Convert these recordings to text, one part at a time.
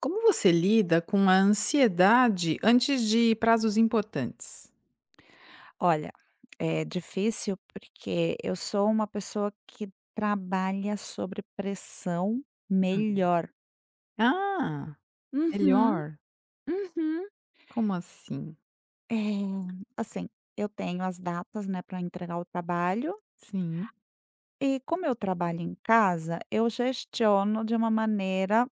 Como você lida com a ansiedade antes de prazos importantes? Olha, é difícil porque eu sou uma pessoa que trabalha sobre pressão Hum. melhor. Ah, Uhum, melhor. uhum. Como assim? É, assim, eu tenho as datas, né, para entregar o trabalho Sim. e como eu trabalho em casa, eu gestiono de uma maneira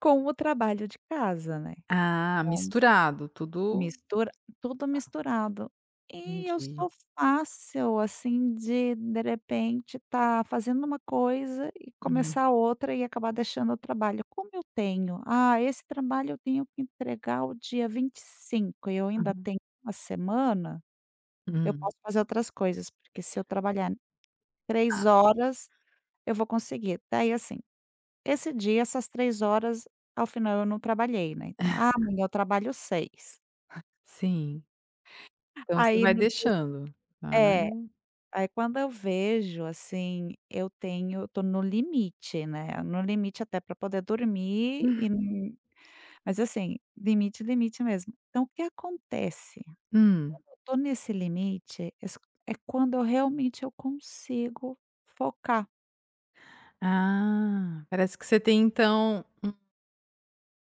com o trabalho de casa, né? Ah, misturado, tudo Mistura Tudo misturado. E eu entendi. sou fácil, assim, de repente estar fazendo uma coisa e Uhum, começar outra e acabar deixando o trabalho. Como eu tenho: "Ah, esse trabalho eu tenho que entregar o dia 25 e eu ainda uhum, tenho uma semana", eu hum. posso fazer outras coisas, porque se eu trabalhar Ah, 3 horas, eu vou conseguir. Daí, assim, esse dia, essas 3 horas, ao final eu não trabalhei, né, então: "Ah, amanhã eu trabalho seis". sim. Então você Aí vai no di deixando. Vai. É. Aí quando eu vejo, assim, eu tô no limite, né, no limite até para poder dormir e n mas assim, limite, limite mesmo. Então o que acontece? Hum. Eu tô nesse limite, es é quando eu realmente eu consigo focar. Ah, parece que você tem então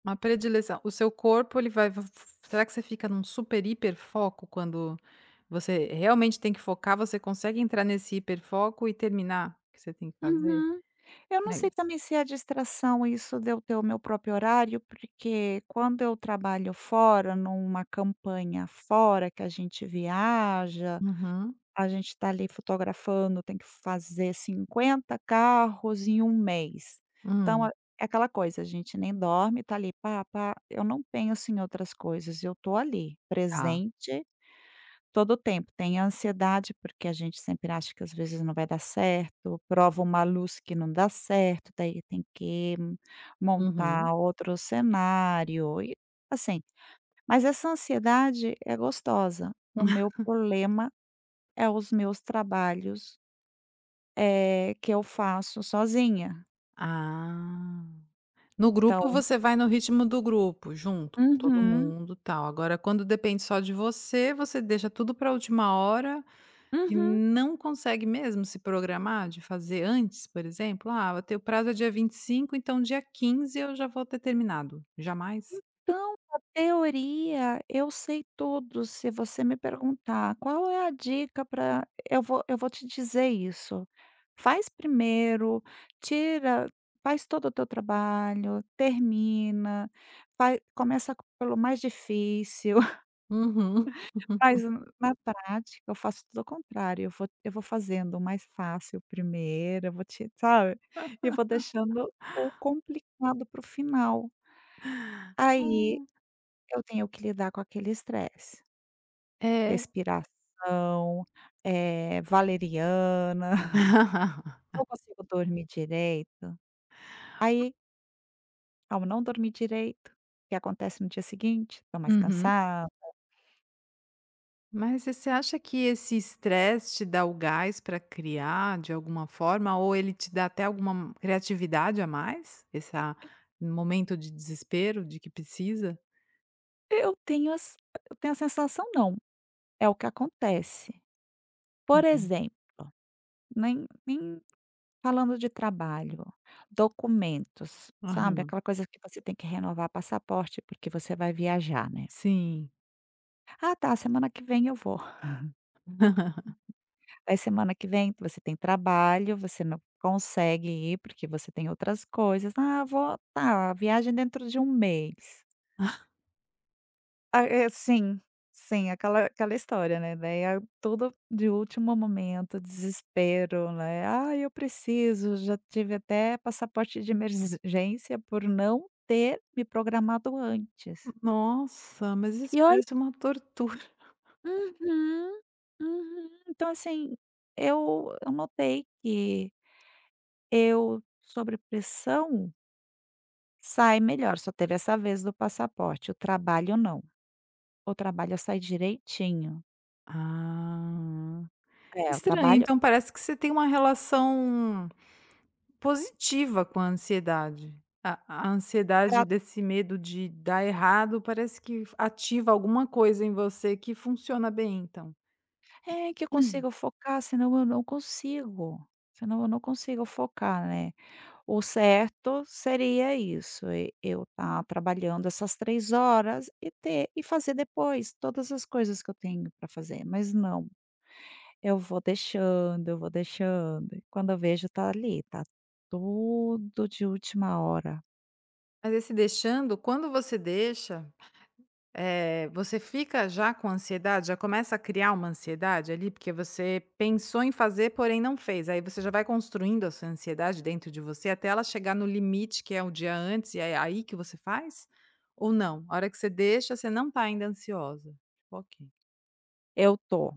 uma predileção. O seu corpo ele vai v Será que você fica num super hiper foco quando você realmente tem que focar, você consegue entrar nesse hiper foco e terminar o que você tem que fazer? Uhum. Eu não Mas sei também se é distração isso de eu ter o meu próprio horário, porque quando eu trabalho fora, numa campanha fora que a gente viaja. uhum. A gente está ali fotografando, tem que fazer 50 carros em um mês. Então, Hum, é aquela coisa, a gente nem dorme, tá ali pá, pá. Eu não penso em outras coisas, eu tô ali, tá. presente todo o tempo. Tem a ansiedade, porque a gente sempre acha que às vezes não vai dar certo, prova uma luz que não dá certo, daí tem que Uhum. montar outro cenário e assim, mas essa ansiedade é gostosa. O meu problema é os meus trabalhos, que eu faço sozinha, Ah. No grupo então. você vai no ritmo do grupo, junto com todo Uhum, mundo, tal. Agora quando depende só de você, você deixa tudo para última hora. E uhum. não consegue mesmo se programar de fazer antes, por exemplo? "Ah, o teu prazo é dia 25, então dia 15 eu já vou ter terminado". Jamais? Então, a teoria eu sei tudo, se você me perguntar: "Qual é a dica pra", eu vou te dizer isso: "Faz primeiro, tira faz todo o teu trabalho, termina, vai começa pelo mais difícil". Uhum. Mas na prática eu faço tudo ao contrário, eu vou fazendo o mais fácil primeiro, eu vou te sabe, e vou deixando o complicado para o final. Aí eu tenho que lidar com aquele estresse, É. respiração, valeriana, não consigo dormir direito. Aí, ao não dormir direito, o que acontece no dia seguinte? Estou mais Uhum. cansada. Mas e você acha que esse estresse te dá o gás para criar de alguma forma ou ele te dá até alguma criatividade a mais? Esse momento de desespero de que precisa? Eu tenho as eu tenho a sensação não, é o que acontece. Por Uhum. exemplo, nem nem falando de trabalho, documentos, sabe, Aham. aquela coisa que você tem que renovar passaporte, porque você vai viajar, né. Sim. "Ah tá, semana que vem eu vou". Aí semana que vem você tem trabalho, você não consegue ir, porque você tem outras coisas. "Ah, vou tá, viagem dentro de um mês". Ah, é, sim, sim, aquela história, né, daí a tudo de último momento, desespero, né, "ah, eu preciso", já tive até passaporte de emergência por não ter me programado antes. Nossa, mas isso E olha. parece uma tortura. Uhum, uhum. Então assim, eu notei que eu, sobre pressão, sai melhor, só teve essa vez do passaporte, o trabalho não. O trabalho sai direitinho. Ah, É, o estranho, trabalho. então parece que você tem uma relação positiva com a ansiedade. A ansiedade desse medo de dar errado parece que ativa alguma coisa em você que funciona bem então. É, que eu consigo focar, senão eu não consigo focar, né. O certo seria isso, e eu estar trabalhando essas 3 horas e ter e fazer depois todas as coisas que eu tenho para fazer, mas não, eu vou deixando, e quando eu vejo tá ali, tá tudo de última hora. Mas esse deixando, quando você deixa, eh, você fica já com ansiedade? Já começa a criar uma ansiedade ali? Porque você pensou em fazer, porém não fez. Aí você já vai construindo a sua ansiedade dentro de você até ela chegar no limite, que é o dia antes, e é aí que você faz? Ou não? A hora que você deixa, você não tá ainda ansiosa? Tipo, ok. Eu tô,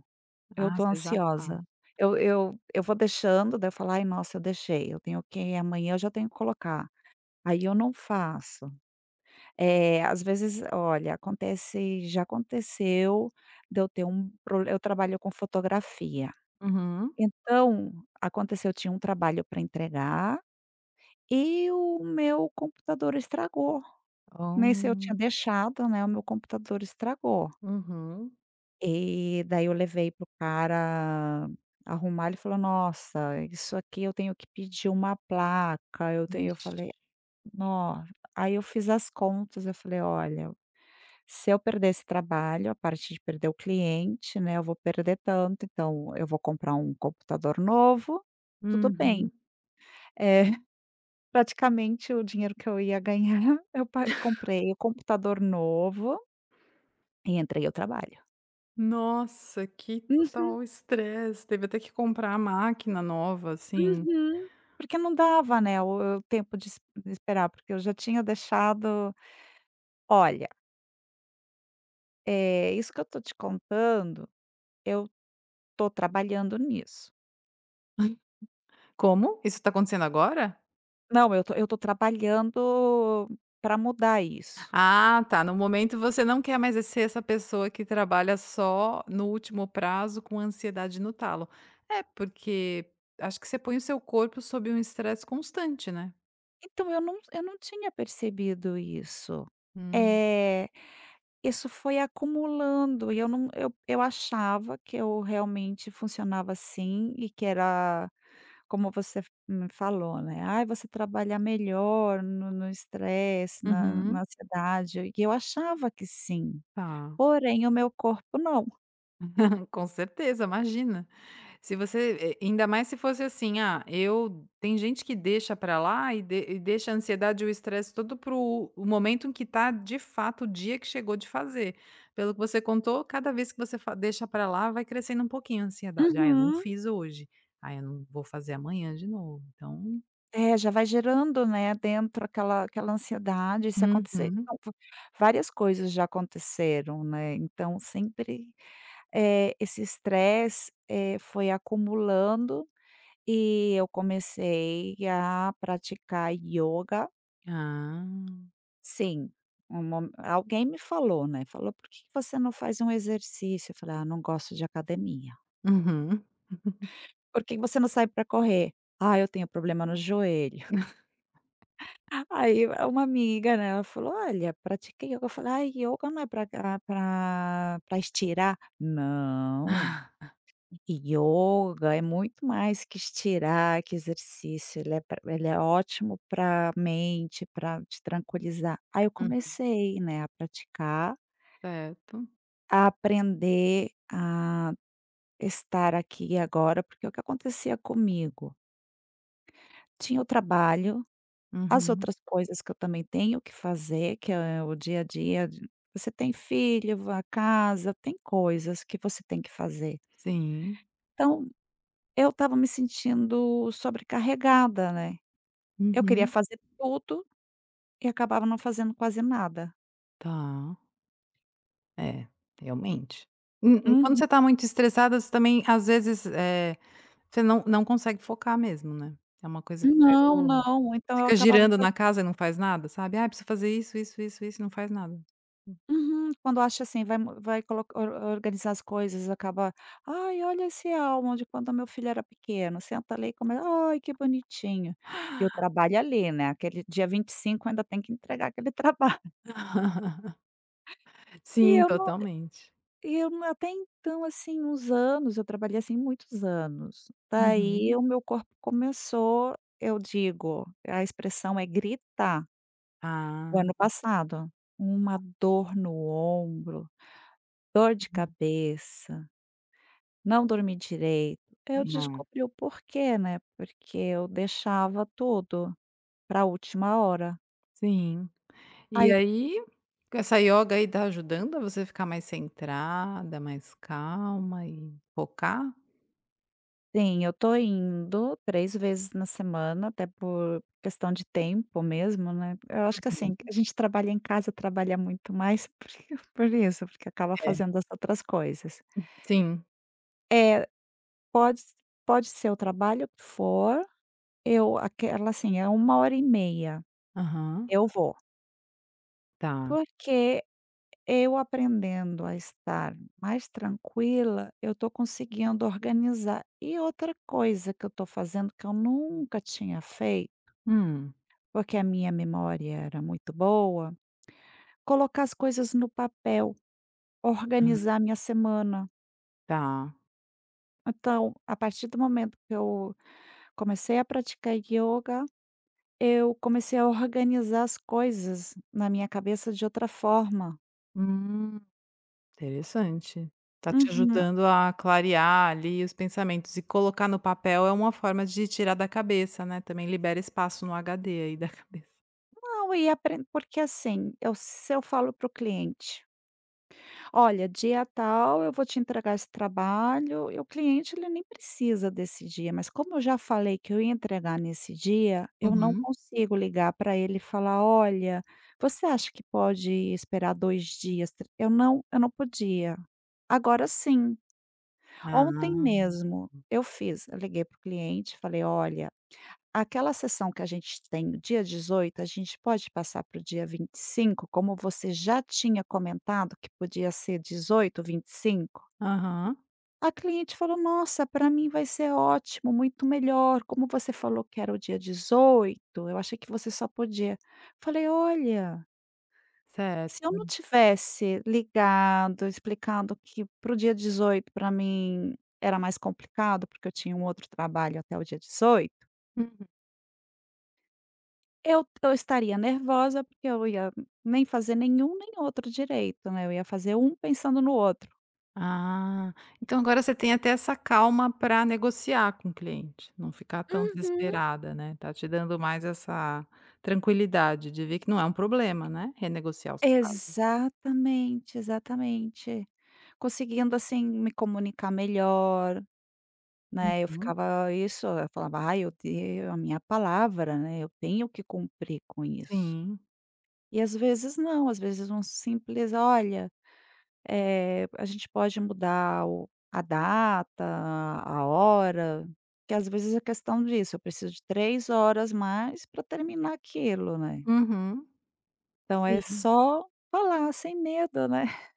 eu Ah, tô você já tá. ansiosa. Eu vou deixando, daí eu falo: "Ai, nossa, eu deixei, eu tenho que amanhã eu já tenho que colocar". Aí eu não faço. Às vezes, olha, acontece, já aconteceu de eu ter um prole eu trabalho com fotografia. Uhum. Então, aconteceu, eu tinha um trabalho para entregar e o meu computador estragou. Nesse eu Oh. tinha deixado, né, o meu computador estragou. Uhum. E daí eu levei pro cara arrumar, ele falou: "Nossa, isso aqui eu tenho que pedir uma placa, eu tenho", eu Vixe. falei: "No", aí eu fiz as contas, eu falei: "Olha, se eu perder esse trabalho, a parte de perder o cliente, né, eu vou perder tanto, então eu vou comprar um computador novo, tudo bem". Uhum. Eh, praticamente o dinheiro que eu ia ganhar, eu pa comprei o computador novo e entrei ao trabalho. Nossa, que Uhum, total estresse. Teve até que comprar a máquina nova, assim. uhum. Porque não dava, né, o tempo de esperar, porque eu já tinha deixado. Olha, é isso que eu tô te contando, eu tô trabalhando nisso. Como? Isso está acontecendo agora? Não, eu tô trabalhando para mudar isso. Ah, tá. No momento você não quer mais ser essa pessoa que trabalha só no último prazo com ansiedade no talo. É, porque acho que você põe o seu corpo sob um estresse constante, né? Então eu não tinha percebido isso. Hum, É, isso foi acumulando e eu não eu eu achava que eu realmente funcionava assim e que era como você f me falou, né: "Ai, você trabalha melhor no estresse, uhum, na ansiedade", e eu achava que sim, tá. porém o meu corpo não. Com certeza, imagina. Se você eh, ainda mais se fosse assim, ah, eu tem gente que deixa pra lá e de e deixa a ansiedade e o estresse todo pro o momento em que tá, de fato, o dia que chegou de fazer. Pelo que você contou, cada vez que você fa deixa pra lá, vai crescendo um pouquinho a ansiedade. "Ah, eu não Uhum. fiz hoje. Ah, eu não vou fazer amanhã de novo". Então É, já vai gerando, né, dentro aquela ansiedade, se acontecer. uhum. Então, várias coisas já aconteceram, né, então sempre, esse estresse, foi acumulando e eu comecei a praticar yoga, Ah. sim, um mo alguém me falou, né, falou: "Por que que você não faz um exercício?" Eu falei: "Ah, não gosto de academia". Uhum. "Por que que você não sai para correr?" "Ah, eu tenho problema no joelho". Aí uma amiga, né, ela falou: "Olha, pratiquei yoga". Eu falei: "Ai, yoga não é para para pra estirar". Não, yoga é muito mais que estirar, que exercício, ele é pra ele é ótimo para mente, para te tranquilizar. Aí eu Uhum. comecei, né, a praticar, Certo. a aprender a estar aqui e agora, porque o que acontecia comigo? Tinha o trabalho, as Uhum. outras coisas que eu também tenho que fazer, que é o dia a dia de você tem filho, a casa, tem coisas que você tem que fazer. Sim. Então, eu estava me sentindo sobrecarregada, né. Eu queria Uhum. fazer tudo e acabava não fazendo quase nada. Tá. É, realmente. Quando Uhum. você está muito estressada, você também, às vezes, eh, você não consegue focar mesmo, né. É uma coisa que vai Não, do não, então eu fica acabava. girando na casa e não faz nada, sabe. "Ah, preciso fazer isso, isso, isso, isso", e não faz nada. Uhum. Quando acha assim, vai mo vai colo or organizar as coisas, acaba: "Ai, olha esse álbum de quando meu filho era pequeno", senta ali e come: "Ai, que bonitinho". E o trabalho ali, né, aquele dia 25 ainda tem que entregar aquele trabalho. E Sim, eu não totalmente. e eu não, até então, assim, uns anos, eu trabalhei assim muitos anos. Daí Uhum. o meu corpo começou, eu digo, a expressão é gritar, Ah, o ano passado, uma dor no ombro, dor de uhum. cabeça. Não dormi direito. Eu É, descobri o porquê, né, porque eu deixava tudo para a última hora. sim. E Aí aí, com essa yoga aí, tá ajudando a você ficar mais centrada, mais calma e focar? sim, eu tô indo 3 vezes na semana, até por questão de tempo mesmo, né. Eu acho que, assim, Uhum. a gente trabalha em casa, trabalha muito mais por isso, porque acaba É, fazendo as outras coisas. sim. É, pode pode ser o trabalho que for, eu aquela assim, é uma hora e meia, Aham. eu vou. Tá. Porque eu aprendendo a estar mais tranquila, eu estou conseguindo organizar. E outra coisa que eu estou fazendo que eu nunca tinha feito, Hum. porque a minha memória era muito boa, colocar as coisas no papel, organizar a Ah, minha semana. tá. Então, a partir do momento que eu comecei a praticar yoga, eu comecei a organizar as coisas na minha cabeça de outra forma. Hum, interessante. Tá te Uhum. ajudando a clarear ali os pensamentos e colocar no papel é uma forma de tirar da cabeça, né, também libera espaço no HD aí da cabeça. Não, e apren-, porque assim, eu, se eu falo para o cliente: "Olha, dia tal eu vou te entregar esse trabalho", e o cliente ele nem precisa desse dia, mas como eu já falei que eu ia entregar nesse dia, eu não Uhum. consigo ligar para ele e falar: "Olha, você acha que pode esperar 2 dias, tr", eu não podia. Agora sim, Ah. ontem mesmo eu fiz, eu liguei para o cliente, falei: "Olha, aquela sessão que a gente tem no dia 18, a gente pode passar para o dia 25, como você já tinha comentado que podia ser 18, 25". Aham, A cliente falou: "Nossa, para mim vai ser ótimo, muito melhor. Como você falou que era o dia 18, eu achei que você só podia". Falei: "Olha, se eu não certo. tivesse ligado, explicando que para o dia 18 para mim era mais complicado, porque eu tinha um outro trabalho até o dia 18". Uhum. Eu estaria nervosa, porque eu ia nem fazer nenhum nem outro direito, né, eu ia fazer um pensando no outro. Ah, então agora você tem até essa calma para negociar com o cliente, não ficar tão Uhum. desesperada, né, tá te dando mais essa tranquilidade de ver que não é um problema, né, renegociar os prazos. Exatamente, exatamente. Conseguindo, assim, me comunicar melhor, né, eu Uhum, ficava isso, eu falava: "Ai, eu tenho a minha palavra, né, eu tenho que cumprir com isso". sim. E às vezes não, às vezes um simples: "Olha, a gente pode mudar o a data, a hora, que às vezes é questão disso, eu preciso de 3 horas mais para terminar aquilo, né". Uhum. Então é Sim, só falar sem medo, né.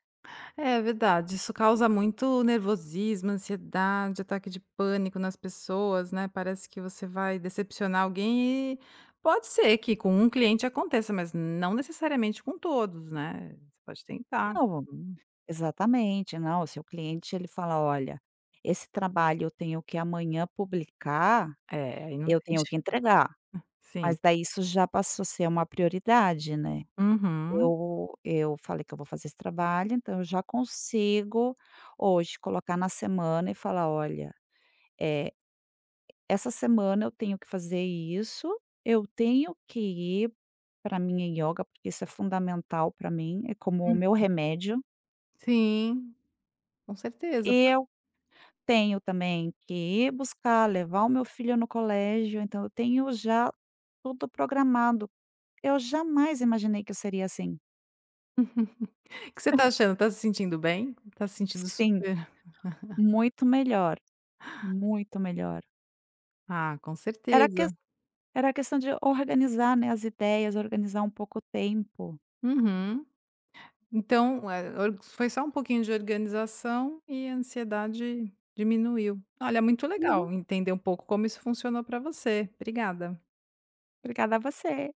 é verdade. Isso causa muito nervosismo, ansiedade, ataque de pânico nas pessoas, né. Parece que você vai decepcionar alguém e pode ser que com um cliente aconteça, mas não necessariamente com todos, né. Você pode tentar. Não, Hum. exatamente, não, se o cliente ele fala: "Olha, esse trabalho eu tenho que amanhã publicar, É, aí não eu tem tenho je que entregar", Sim. mas daí isso já passou a ser uma prioridade, né. Uhum. Eu falei que eu vou fazer esse trabalho, então eu já consigo hoje colocar na semana e falar: "Olha, eh, essa semana eu tenho que fazer isso, eu tenho que ir para minha ioga, porque isso é fundamental para mim, é como o Hum. meu remédio. Sim, com certeza. O Eu tenho também que ir buscar, levar o meu filho no colégio", então eu tenho já tudo programado. Eu jamais imaginei que eu seria assim. que você está achando? Está se sentindo bem? Está se sentindo Sim, super muito melhor, muito melhor. ah, com Era que certeza. Era a questão de organizar, né, as ideias, organizar um pouco o tempo. Uhum. Então, eh, or foi só um pouquinho de organização e a ansiedade diminuiu. Olha, muito Uhum. legal entender um pouco como isso funcionou para você. Obrigada. Obrigada a você.